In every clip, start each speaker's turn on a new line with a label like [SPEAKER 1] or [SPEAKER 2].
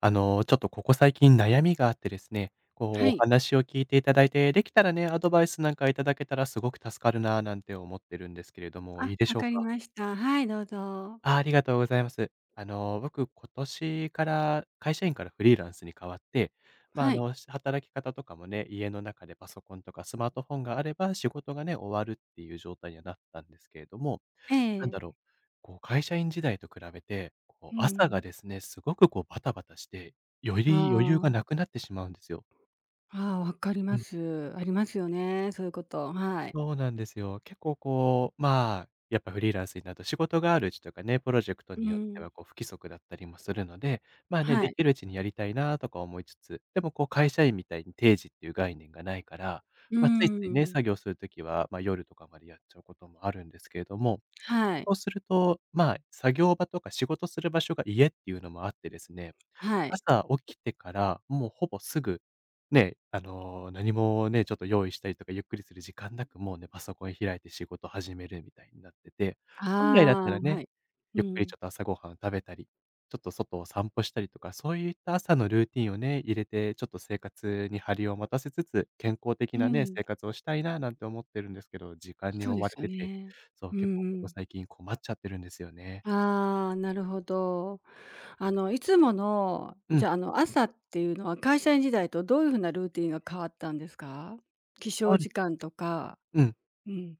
[SPEAKER 1] ちょっとここ最近悩みがあってですね、
[SPEAKER 2] は
[SPEAKER 1] お
[SPEAKER 2] い。
[SPEAKER 1] 話を聞いていただいて、できたらね、アドバイスなんかいただけたらすごく助かるなぁなんて思ってるんですけれども、い
[SPEAKER 2] あ、
[SPEAKER 1] いでし
[SPEAKER 2] 分
[SPEAKER 1] ょう
[SPEAKER 2] かり
[SPEAKER 1] か？
[SPEAKER 2] ました。はい、どうぞ。
[SPEAKER 1] あ、ありがとうございます。僕、今年から会社員からフリーランスに変わって、
[SPEAKER 2] はい。
[SPEAKER 1] 働き方とかもね、家の中でパソコンとかスマートフォンがあれば仕事がね、終わるっていう状態にはなったんですけれども、
[SPEAKER 2] え
[SPEAKER 1] なん
[SPEAKER 2] え。
[SPEAKER 1] だろう、会社員時代と比べて、
[SPEAKER 2] う
[SPEAKER 1] 朝
[SPEAKER 2] ん。
[SPEAKER 1] がですね、すごくバタバタして、より余裕がな
[SPEAKER 2] あ
[SPEAKER 1] くなってしまうんですよ。
[SPEAKER 2] あ、ああ、分かり
[SPEAKER 1] う
[SPEAKER 2] ま
[SPEAKER 1] ん。
[SPEAKER 2] す。ありますよね、そういうこと。はい。
[SPEAKER 1] そうなんですよ。結構やっぱフリーランスになると仕事があるうちとかね、プロジェクト
[SPEAKER 2] う
[SPEAKER 1] によって
[SPEAKER 2] ん。
[SPEAKER 1] は不規則だったりもするので、ね、
[SPEAKER 2] は
[SPEAKER 1] で
[SPEAKER 2] い。
[SPEAKER 1] きるうちにやりたいなとか思いつつ、でも会社員みたいに定時っていう概念がないから、
[SPEAKER 2] うー
[SPEAKER 1] ついついね、
[SPEAKER 2] ん。
[SPEAKER 1] 作業するときは、夜とかまでやっちゃうこともあるんですけれども、
[SPEAKER 2] はい。
[SPEAKER 1] そうすると、作業場とか仕事する場所が家っていうのもあってですね、
[SPEAKER 2] はい。
[SPEAKER 1] 朝起きてからもうほぼすぐね、何もね、ちょっと用意したりとか、ゆっくりする時間なく、もうね、パソコン開いて仕事始めるみたいになってて、
[SPEAKER 2] あ
[SPEAKER 1] 本来だった
[SPEAKER 2] あ、
[SPEAKER 1] ら
[SPEAKER 2] は
[SPEAKER 1] ね、
[SPEAKER 2] い。う
[SPEAKER 1] ゆっくり
[SPEAKER 2] ん。
[SPEAKER 1] ちょっと朝ごはん食べたり、ちょっと外を散歩したりとか、そういった朝のルーティンをね、入れて、ちょっと生活に張りを持たせつつ、健康的
[SPEAKER 2] う
[SPEAKER 1] なね、
[SPEAKER 2] ん。
[SPEAKER 1] 生活をしたいななんて思ってるんですけど、時間に
[SPEAKER 2] そう
[SPEAKER 1] 追
[SPEAKER 2] で
[SPEAKER 1] わ
[SPEAKER 2] す
[SPEAKER 1] れ
[SPEAKER 2] よ
[SPEAKER 1] てて、
[SPEAKER 2] ね。
[SPEAKER 1] そう、
[SPEAKER 2] うんう
[SPEAKER 1] 結構ここ
[SPEAKER 2] ん。
[SPEAKER 1] 最近困っちゃってるんですよね。
[SPEAKER 2] ああ、なるほど。あの、いつもの、
[SPEAKER 1] う
[SPEAKER 2] じ
[SPEAKER 1] ん、
[SPEAKER 2] ゃあ、あの、朝っていうのは会社員時代とどういう風なルーティンが変わったんですか？起
[SPEAKER 1] そ
[SPEAKER 2] 床
[SPEAKER 1] うで
[SPEAKER 2] 時
[SPEAKER 1] す。
[SPEAKER 2] 間とか、
[SPEAKER 1] うん、
[SPEAKER 2] うん。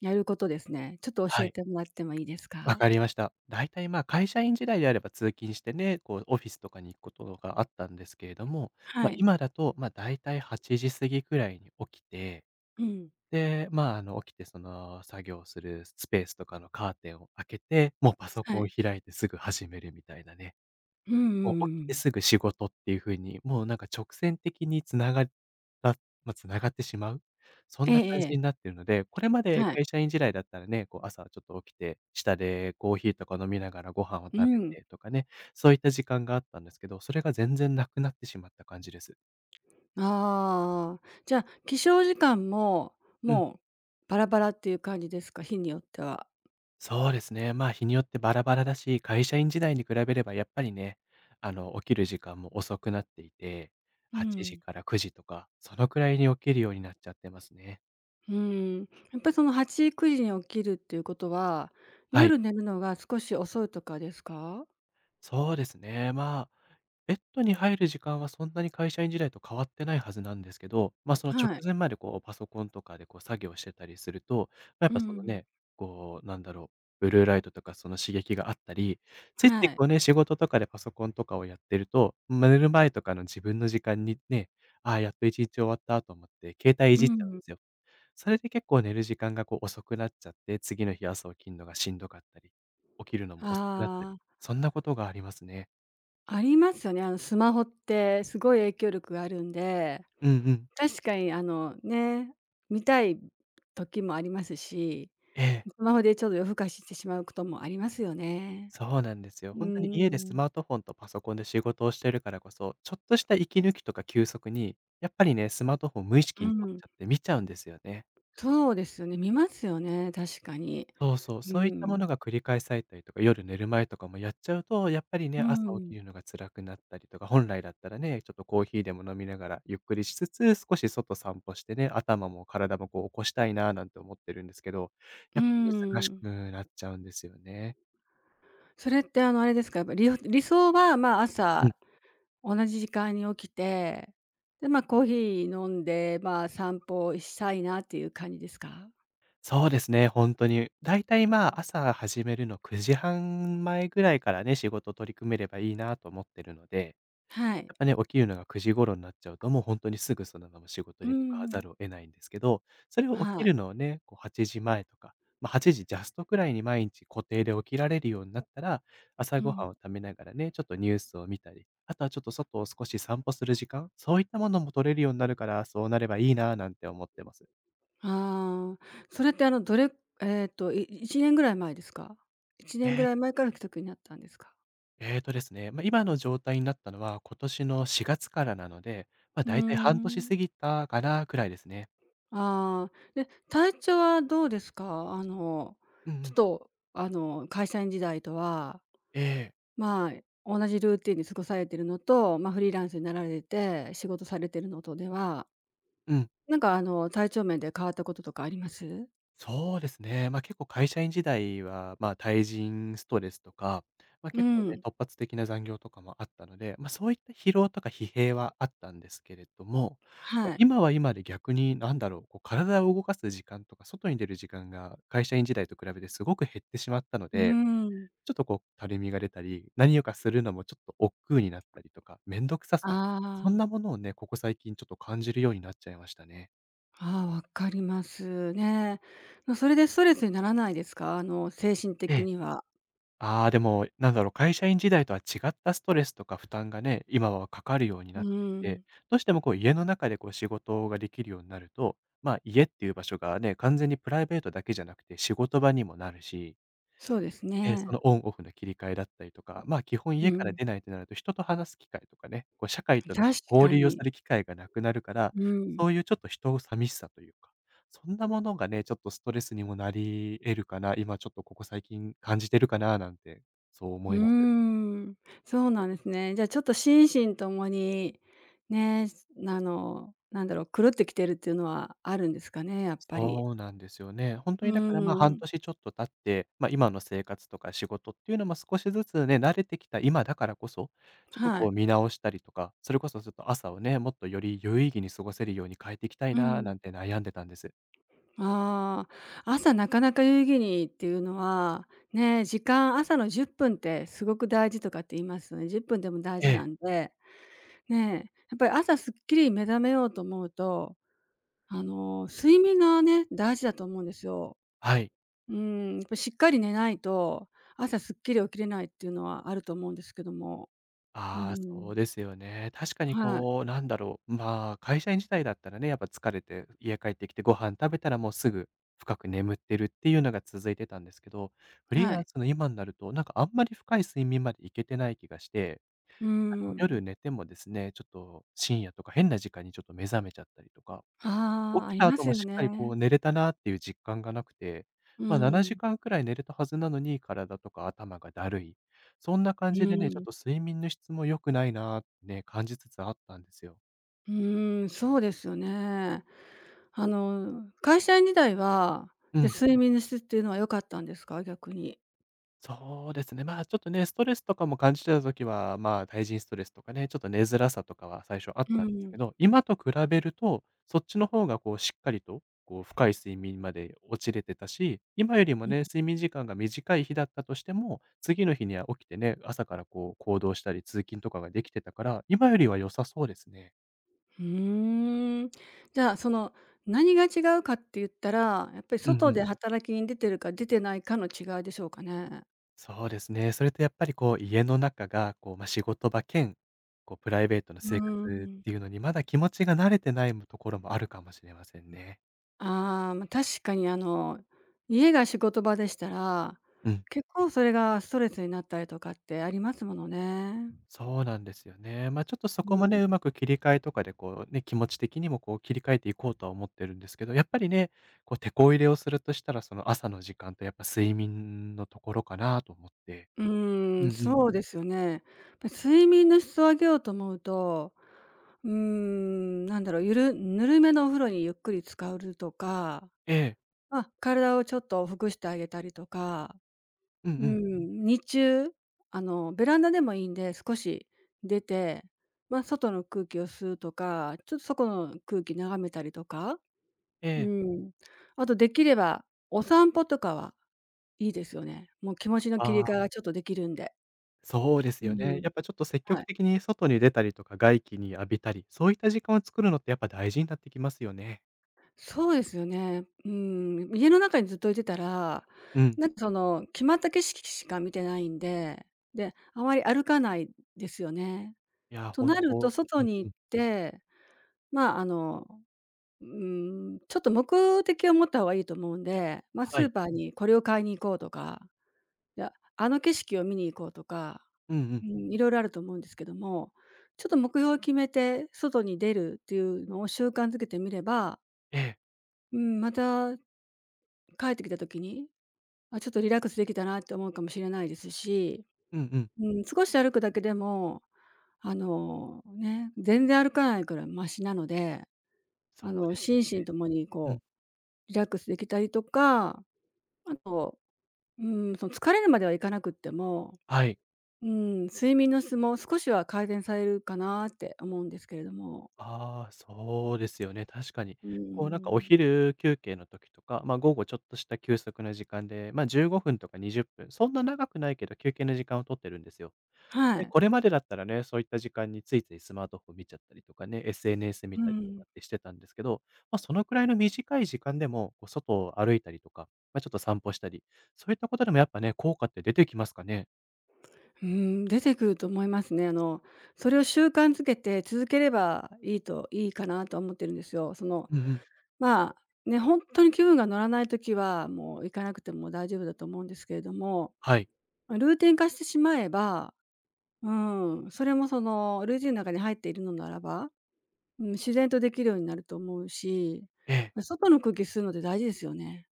[SPEAKER 2] やることですね。ちょっと教
[SPEAKER 1] は
[SPEAKER 2] え
[SPEAKER 1] い。
[SPEAKER 2] てもらってもいいです
[SPEAKER 1] わ
[SPEAKER 2] か？
[SPEAKER 1] かりました。だいたい、会社員時代であれば通勤してね、オフィスとかに行くことがあったんですけれども、
[SPEAKER 2] はい。
[SPEAKER 1] 今だと、だいたい8時過ぎくらいに起きて、
[SPEAKER 2] うん。
[SPEAKER 1] で、起きてその作業するスペースとかのカーテンを開けて、もうパソコ
[SPEAKER 2] は
[SPEAKER 1] ンを
[SPEAKER 2] い。
[SPEAKER 1] 開いてすぐ始めるみたいなね。
[SPEAKER 2] うんうんうん
[SPEAKER 1] もう起
[SPEAKER 2] う
[SPEAKER 1] きて
[SPEAKER 2] ん。
[SPEAKER 1] すぐ仕事っていう風に、もうなんか直線的にた繋がってしまう、そ
[SPEAKER 2] え
[SPEAKER 1] んな
[SPEAKER 2] え
[SPEAKER 1] 感
[SPEAKER 2] え
[SPEAKER 1] じに
[SPEAKER 2] え。
[SPEAKER 1] なってるので、これまで
[SPEAKER 2] はい。
[SPEAKER 1] 会社員時代だったらね、朝ちょっと起きて、下でコーヒーとか飲みながらご飯を食
[SPEAKER 2] う
[SPEAKER 1] べ
[SPEAKER 2] ん。
[SPEAKER 1] てとかね、そういった時間があったんですけど、それが全然なくなってしまった感じです。
[SPEAKER 2] ああ、じゃあ、起床時間も、
[SPEAKER 1] うん、
[SPEAKER 2] もうバラバラっていう感じですか？日によっては。
[SPEAKER 1] そうですね。日によってバラバラだし、会社員時代に比べればやっぱりね、起きる時間も遅くなっていて、
[SPEAKER 2] う
[SPEAKER 1] 8時
[SPEAKER 2] ん。
[SPEAKER 1] から9時とか、そのくらいに起きるようになっちゃってますね。
[SPEAKER 2] うん。やっぱりその8、9時に起きるっていうことは、
[SPEAKER 1] はい、
[SPEAKER 2] 夜寝るのが少し遅いとかですか？
[SPEAKER 1] そうですね。ベッドに入る時間はそんなに会社員時代と変わってないはずなんですけど、その直
[SPEAKER 2] はい。
[SPEAKER 1] 前までパソコンとかで作業してたりすると、や
[SPEAKER 2] う
[SPEAKER 1] っぱその
[SPEAKER 2] ん。
[SPEAKER 1] ね、ブルーライトとかその刺激があったり、ついつい
[SPEAKER 2] はい。
[SPEAKER 1] ね、仕事とかでパソコンとかをやってると、寝る前とかの自分の時間にね、ああ、やっと一日終わったと思って携帯い
[SPEAKER 2] う
[SPEAKER 1] じっちゃうん
[SPEAKER 2] ん。
[SPEAKER 1] ですよ。それで結構寝る時間が遅くなっちゃって、次の日朝起きるのがしんどかったり、起きるのも遅くなったり、
[SPEAKER 2] ああ、
[SPEAKER 1] そんなことがありますね。
[SPEAKER 2] ありますよね。あのスマホってすごい影響力があるんで、
[SPEAKER 1] うんうん。
[SPEAKER 2] 確かにあの、ね、見たい時もありますし、
[SPEAKER 1] ええ、
[SPEAKER 2] スマホでちょっと夜更かししてしまうこともありますよね。
[SPEAKER 1] そうなんですよ。
[SPEAKER 2] うー
[SPEAKER 1] 本当に家でス
[SPEAKER 2] ん、
[SPEAKER 1] マートフォンとパソコンで仕事をしてるからこそ、ちょっとした息抜きとか休息に、やっぱりね、スマートフォン無意
[SPEAKER 2] う
[SPEAKER 1] 識に取っ
[SPEAKER 2] ん、
[SPEAKER 1] ちゃって見ちゃうんですよね。
[SPEAKER 2] そうですよね、見ますよね、確かに。
[SPEAKER 1] そうそう、
[SPEAKER 2] う
[SPEAKER 1] そういったも
[SPEAKER 2] ん、
[SPEAKER 1] のが繰り返されたりとか、夜寝る前とかもやっちゃうと、やっぱりね、
[SPEAKER 2] う
[SPEAKER 1] 朝起き
[SPEAKER 2] ん、
[SPEAKER 1] るのが辛くなったりとか、本来だったらね、ちょっとコーヒーでも飲みながらゆっくりしつつ、少し外散歩してね、頭も体も起こしたいななんて思ってるんですけど、
[SPEAKER 2] う
[SPEAKER 1] や
[SPEAKER 2] ー
[SPEAKER 1] っぱ難し
[SPEAKER 2] ん。
[SPEAKER 1] くなっちゃうんですよね。
[SPEAKER 2] それってあの、あれですか、やっぱり、理想は、まあ、
[SPEAKER 1] うん。
[SPEAKER 2] 朝同じ時間に起きて、で、まあ、コーヒー飲んで、まあ、散歩したいなっていう感じですか？
[SPEAKER 1] そうですね、本当に。だいたい、朝始めるの9時半前ぐらいからね、仕事取り組めればいいなと思ってるので、
[SPEAKER 2] はい。
[SPEAKER 1] やっぱね、起きるのが9時頃になっちゃうと、もう本当にすぐそのまま仕事
[SPEAKER 2] うん
[SPEAKER 1] に向かわ
[SPEAKER 2] う
[SPEAKER 1] ざ
[SPEAKER 2] ん。
[SPEAKER 1] るを得ないんですけど、それを起
[SPEAKER 2] は
[SPEAKER 1] き
[SPEAKER 2] い。
[SPEAKER 1] るのをね、8時前とか、8時ジャストくらいに毎日固定で起きられるようになったら、朝
[SPEAKER 2] う
[SPEAKER 1] ごはん
[SPEAKER 2] ん。
[SPEAKER 1] を食べながらね、ちょっとニュースを見たり、あとはちょっと外を少し散歩する時間、そういったものも取れるようになるから、そうなればいいななんて思ってます。
[SPEAKER 2] ああ、それってあの、どれえっと、い1年ぐらい前ですか？1
[SPEAKER 1] え
[SPEAKER 2] 年ぐらい
[SPEAKER 1] え。
[SPEAKER 2] 前から既得になったんですか？
[SPEAKER 1] えーとですね、今の状態になったのは、今年の4月からなので、
[SPEAKER 2] うー
[SPEAKER 1] だいたい半年
[SPEAKER 2] ん、
[SPEAKER 1] 過ぎたかなくらいですね。
[SPEAKER 2] ああ、で、体調はどうですか？あの、
[SPEAKER 1] うんう
[SPEAKER 2] ちょっ
[SPEAKER 1] ん。
[SPEAKER 2] とあの、会社員時代とは、
[SPEAKER 1] ええ。
[SPEAKER 2] まあ、同じルーティンで過ごされてるのと、まあ、フリーランスになられて、仕事されてるのとでは、
[SPEAKER 1] うん。
[SPEAKER 2] なんかあの、体調面で変わったこととかあります？
[SPEAKER 1] そうですね。結構会社員時代は、対人ストレスとか、
[SPEAKER 2] う
[SPEAKER 1] 結構ね、
[SPEAKER 2] ん、
[SPEAKER 1] 突発的な残業とかもあったので、そういった疲労とか疲弊はあったんですけれども、
[SPEAKER 2] はい。
[SPEAKER 1] 今は今で逆に体を動かす時間とか、外に出る時間が会社員時代と比べてすごく減ってしまったの
[SPEAKER 2] うー
[SPEAKER 1] で、
[SPEAKER 2] ん、
[SPEAKER 1] ちょっとたるみが出たり、何をかするのもちょっと億劫になったりとか、面倒くさ
[SPEAKER 2] あ
[SPEAKER 1] さ、そんなも
[SPEAKER 2] あ。
[SPEAKER 1] のをね、ここ最近ちょっと感じるようになっちゃいましたね。
[SPEAKER 2] ああ、わかりますね。ま、それでストレスにならないですか？あの、精神
[SPEAKER 1] え
[SPEAKER 2] 的
[SPEAKER 1] え。
[SPEAKER 2] には。
[SPEAKER 1] ああ、でも、会社員時代とは違ったストレスとか負担がね、今はかかるように
[SPEAKER 2] う
[SPEAKER 1] なっていて、
[SPEAKER 2] ん、
[SPEAKER 1] どうしても家の中で仕事ができるようになると、家っていう場所がね、完全にプライベートだけじゃなくて仕事場にもなるし、
[SPEAKER 2] そうです
[SPEAKER 1] ええ、そ
[SPEAKER 2] ね。
[SPEAKER 1] のオンオフの切り替えだったりとか、基本
[SPEAKER 2] う
[SPEAKER 1] 家から
[SPEAKER 2] ん、
[SPEAKER 1] 出ないとなると、人と話す機会とかね、社会との
[SPEAKER 2] 確か
[SPEAKER 1] 交流をす
[SPEAKER 2] に。
[SPEAKER 1] る機会がなくなるから、
[SPEAKER 2] うん。
[SPEAKER 1] そういうちょっと人寂しさというか、そんなものがね、ちょっとストレスにもなり得るかな、今ちょっとここ最近感じてるかななんて、そう
[SPEAKER 2] う
[SPEAKER 1] 思
[SPEAKER 2] ー
[SPEAKER 1] います。
[SPEAKER 2] ん、そうなんですね。じゃあ、ちょっと心身ともに、ね、あの、なんだろう、狂ってきてるっていうのはあるんですかね、やっぱり。
[SPEAKER 1] そうなんですよね。本
[SPEAKER 2] う
[SPEAKER 1] 当にだから、半
[SPEAKER 2] ーん、
[SPEAKER 1] 年ちょっと経って、今の生活とか仕事っていうのも少しずつね、慣れてきた今だからこそ、ちょっと
[SPEAKER 2] はい。
[SPEAKER 1] 見直したりとか、それこそちょっと朝をね、もっとより有意義に過ごせるように変えていきたい
[SPEAKER 2] う
[SPEAKER 1] な
[SPEAKER 2] ん。
[SPEAKER 1] なんて悩んでたんです。
[SPEAKER 2] ああ、朝なかなか有意義にっていうのは、ね、時間朝の10分っぷんってすごく大事とかって言いますよね。10分でも大
[SPEAKER 1] え
[SPEAKER 2] 事な
[SPEAKER 1] え、
[SPEAKER 2] んで、ね、やっぱり朝すっきり目覚めようと思うと、あの、睡眠がね、大事だと思うんですよ。
[SPEAKER 1] はい。
[SPEAKER 2] うん、やっぱしっかり寝ないと、朝すっきり起きれないっていうのはあると思うんですけども。う
[SPEAKER 1] ああ、そう
[SPEAKER 2] ん、
[SPEAKER 1] ですよね。確かに
[SPEAKER 2] はい、
[SPEAKER 1] こう、なんだろう、まあ、会社員時代だったらね、やっぱ疲れて家帰ってきてご飯食べたらもうすぐ深く眠ってるっていうのが続いてたんですけど、フリー
[SPEAKER 2] は
[SPEAKER 1] ラン
[SPEAKER 2] い。
[SPEAKER 1] スの今になると、なんかあんまり深い睡眠までいけてない気がして、
[SPEAKER 2] う
[SPEAKER 1] 夜
[SPEAKER 2] ん。
[SPEAKER 1] 寝てもですね、ちょっと深夜とか変な時間にちょっと目覚めちゃったりとか
[SPEAKER 2] ああ、
[SPEAKER 1] 起
[SPEAKER 2] あ
[SPEAKER 1] き
[SPEAKER 2] り
[SPEAKER 1] た
[SPEAKER 2] ま
[SPEAKER 1] 後
[SPEAKER 2] す
[SPEAKER 1] も
[SPEAKER 2] よ
[SPEAKER 1] しっかりこ
[SPEAKER 2] ね。
[SPEAKER 1] う寝れたなっていう実感がなくて、
[SPEAKER 2] う
[SPEAKER 1] まあ、7
[SPEAKER 2] ん、
[SPEAKER 1] 時間くらい寝れたはずなのに、体とか頭がだるい。そんな感
[SPEAKER 2] う
[SPEAKER 1] じでね、ちょっ
[SPEAKER 2] ん。
[SPEAKER 1] と睡眠の質も良くないなーってね、感じつつあったんですよ。
[SPEAKER 2] うーん、そうですよね。あの、会社員時代は、
[SPEAKER 1] う
[SPEAKER 2] で
[SPEAKER 1] ん。
[SPEAKER 2] 睡眠の質っていうのは良かったんですか？逆に。
[SPEAKER 1] そうですね。まあ、ちょっとね、ストレスとかも感じてた時は、まあ、対人ストレスとかね、ちょっと寝づらさとかは最初あっ
[SPEAKER 2] う
[SPEAKER 1] たんですけ
[SPEAKER 2] ん。
[SPEAKER 1] ど、今と比べると、そっちの方がこう、しっかりと、こう、深い睡眠まで落ちれてたし、今よりも
[SPEAKER 2] うん。
[SPEAKER 1] ね、睡眠時間が短い日だったとしても、次の日には起きてね、朝からこう、行動したり通勤とかができてたから、今よりは良さそうですね。
[SPEAKER 2] うーん。じゃあ、その、何が違うかって言ったら、やっぱり
[SPEAKER 1] うんう
[SPEAKER 2] 外
[SPEAKER 1] ん。
[SPEAKER 2] で働きに出てるか出てないかの違いでしょうかね。
[SPEAKER 1] そうですね。それとやっぱりこう、家の中が、こう、まあ、仕事場兼、こう、プライベートの
[SPEAKER 2] う
[SPEAKER 1] 生
[SPEAKER 2] ー
[SPEAKER 1] 活
[SPEAKER 2] ん。
[SPEAKER 1] っていうのに、まだ気持ちが慣れてないところもあるかもしれませんね。
[SPEAKER 2] ああ、ま、確かに、あの、家が仕事場でしたら、
[SPEAKER 1] うん。
[SPEAKER 2] 結構それがストレスになったりとかってありますものね。
[SPEAKER 1] そうなんですよね。ま、ちょっとそ
[SPEAKER 2] う
[SPEAKER 1] こも
[SPEAKER 2] ん。
[SPEAKER 1] ね、うまく切り替えとかでこうね、気持ち的にもこう切り替えていこうとは思ってるんですけど、やっぱりね、こう、てこ入れをするとしたら、その朝の時間とやっぱ睡眠のところかなと思って。
[SPEAKER 2] うー
[SPEAKER 1] う
[SPEAKER 2] ん、
[SPEAKER 1] んうん。
[SPEAKER 2] そうですよね。ま、睡眠の質を上げようと思うと、うーん、なんだろう、ぬるめのお風呂にゆっくり浸かるとか、
[SPEAKER 1] ええ。
[SPEAKER 2] ま、体をちょっとほぐしてあげたりとか、
[SPEAKER 1] うん
[SPEAKER 2] うー
[SPEAKER 1] うん。
[SPEAKER 2] ん、日中、あの、ベランダでもいいんで、少し出て、ま、外の空気を吸うとか、ちょっと外の空気眺めたりとか、
[SPEAKER 1] え
[SPEAKER 2] うー
[SPEAKER 1] え。
[SPEAKER 2] ん、あとできればお散歩とかはいいですよね。もう気持ちの切り
[SPEAKER 1] あ
[SPEAKER 2] 替え
[SPEAKER 1] あ。
[SPEAKER 2] がちょっとできるんで。
[SPEAKER 1] そうです
[SPEAKER 2] う
[SPEAKER 1] よね。や
[SPEAKER 2] ん。
[SPEAKER 1] っぱちょっと積
[SPEAKER 2] は
[SPEAKER 1] 極
[SPEAKER 2] い。
[SPEAKER 1] 的に外に出たりとか、外気に浴びたり、そういった時間を作るのってやっぱ大事になってきますよね。
[SPEAKER 2] そうですよね。うん、家の中にずっといてたら、
[SPEAKER 1] うん。
[SPEAKER 2] なんかその、決まった景色しか見てないんで、で、あまり歩かないですよね。
[SPEAKER 1] いや、
[SPEAKER 2] と
[SPEAKER 1] 本
[SPEAKER 2] なると
[SPEAKER 1] 当
[SPEAKER 2] 外
[SPEAKER 1] うん
[SPEAKER 2] に
[SPEAKER 1] う
[SPEAKER 2] 行っ
[SPEAKER 1] ん。
[SPEAKER 2] て、まあ、あの、うん、ちょっと目的を持った方がいいと思うんで、まあ、ス
[SPEAKER 1] は
[SPEAKER 2] ー
[SPEAKER 1] い。
[SPEAKER 2] パーにこれを買いに行こうとか、いや、あの景色を見に行こうとか、
[SPEAKER 1] うんう
[SPEAKER 2] う
[SPEAKER 1] ん。
[SPEAKER 2] ん、いろいろあると思うんですけども、ちょっと目標を決めて外に出るっていうのを習慣づけてみれば、
[SPEAKER 1] ええ。
[SPEAKER 2] うん、また帰ってきた時に、あ、ちょっとリラックスできたなって思うかもしれないですし、
[SPEAKER 1] うんうん。
[SPEAKER 2] うん、少し歩くだけでも、あの、ね、全然歩かないくらいマシなので、
[SPEAKER 1] そ
[SPEAKER 2] あ
[SPEAKER 1] う
[SPEAKER 2] の、
[SPEAKER 1] ですよ
[SPEAKER 2] 心
[SPEAKER 1] ね。
[SPEAKER 2] 身ともに
[SPEAKER 1] うん。
[SPEAKER 2] こうリラックスできたりとか、あと、うん、その疲れるまではいかなくっても、
[SPEAKER 1] はい。
[SPEAKER 2] うん、睡眠の質も少しは改善されるかなって思うんですけれども。
[SPEAKER 1] ああ、そうですよね、確かに。
[SPEAKER 2] う
[SPEAKER 1] こうなんかお
[SPEAKER 2] ん。
[SPEAKER 1] 昼休憩の時とか、ま、午後ちょっとした休息の時間で、ま、15分とか20分、そんな長くないけど休憩の時間を取ってるんですよ。
[SPEAKER 2] は
[SPEAKER 1] で、
[SPEAKER 2] い。
[SPEAKER 1] これまでだったらね、そういった時間についついスマートフォン見ちゃったりとかね、SNS 見
[SPEAKER 2] う
[SPEAKER 1] たりとか
[SPEAKER 2] ん。
[SPEAKER 1] ってしてたんですけど、まあ、そのくらいの短い時間でも、こう、外を歩いたりとか、まあ、ちょっと散歩したり、そういったことでもやっぱね、効果って出てきますかね？
[SPEAKER 2] うん、出てくると思いますね。あの、それを習慣づけて続ければいいといいかなとは思ってるんですよ。その、
[SPEAKER 1] うんうん。
[SPEAKER 2] まあ、ね、本当に気分が乗らないときは、もう行かなくても大丈夫だと思うんですけれども、
[SPEAKER 1] はい。
[SPEAKER 2] まルーティン化してしまえば、うん、それもそのルーティンの中に入っているのならば、うん、自然とできるようになると思うし、
[SPEAKER 1] ええ、
[SPEAKER 2] ま外の空気吸うのって大事ですよね。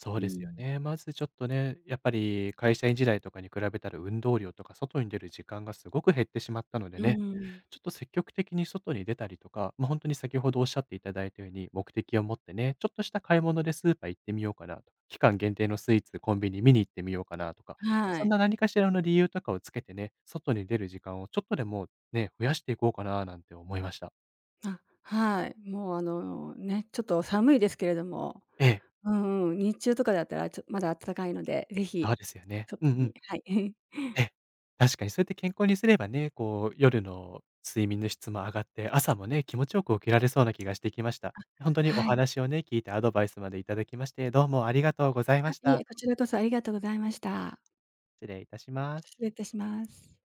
[SPEAKER 1] そう
[SPEAKER 2] う
[SPEAKER 1] ですよ
[SPEAKER 2] ん。
[SPEAKER 1] ね。まずちょっとね、やっぱり会社員時代とかに比べたら運動量とか外に出る時間がすごく減ってしまったので
[SPEAKER 2] う
[SPEAKER 1] ね、
[SPEAKER 2] ん。
[SPEAKER 1] ちょっと積極的に外に出たりとか、ま、本当に先ほどおっしゃっていただいたように、目的を持ってね、ちょっとした買い物でスーパー行ってみようかなとか、期間限定のスイーツ、コンビニ見に行ってみようかなとか、
[SPEAKER 2] は
[SPEAKER 1] そん
[SPEAKER 2] い。
[SPEAKER 1] な何かしらの理由とかをつけてね、外に出る時間をちょっとでもね、増やしていこうかななんて思いました。
[SPEAKER 2] あ、はい。もうあの、ね、ちょっと寒いですけれども、
[SPEAKER 1] ええ、
[SPEAKER 2] うんうん、日中とかだったら、まだ暖かいので、ぜ
[SPEAKER 1] そ
[SPEAKER 2] ひ、
[SPEAKER 1] うですよね。う
[SPEAKER 2] 外
[SPEAKER 1] んう
[SPEAKER 2] に
[SPEAKER 1] ん。
[SPEAKER 2] はい。
[SPEAKER 1] ええ、確かにそうやって健康にすればね、こう、夜の睡眠の質も上がって、朝もね、気持ちよく起きられそうな気がしてきました。ほんとにお
[SPEAKER 2] はい。
[SPEAKER 1] 話をね、聞いてアドバイスまでいただきまして、どうもありがとうござい
[SPEAKER 2] あ、
[SPEAKER 1] まし
[SPEAKER 2] いえ、
[SPEAKER 1] た。
[SPEAKER 2] こちらこそありがとうございました。
[SPEAKER 1] 失礼いたします。
[SPEAKER 2] 失礼いたします。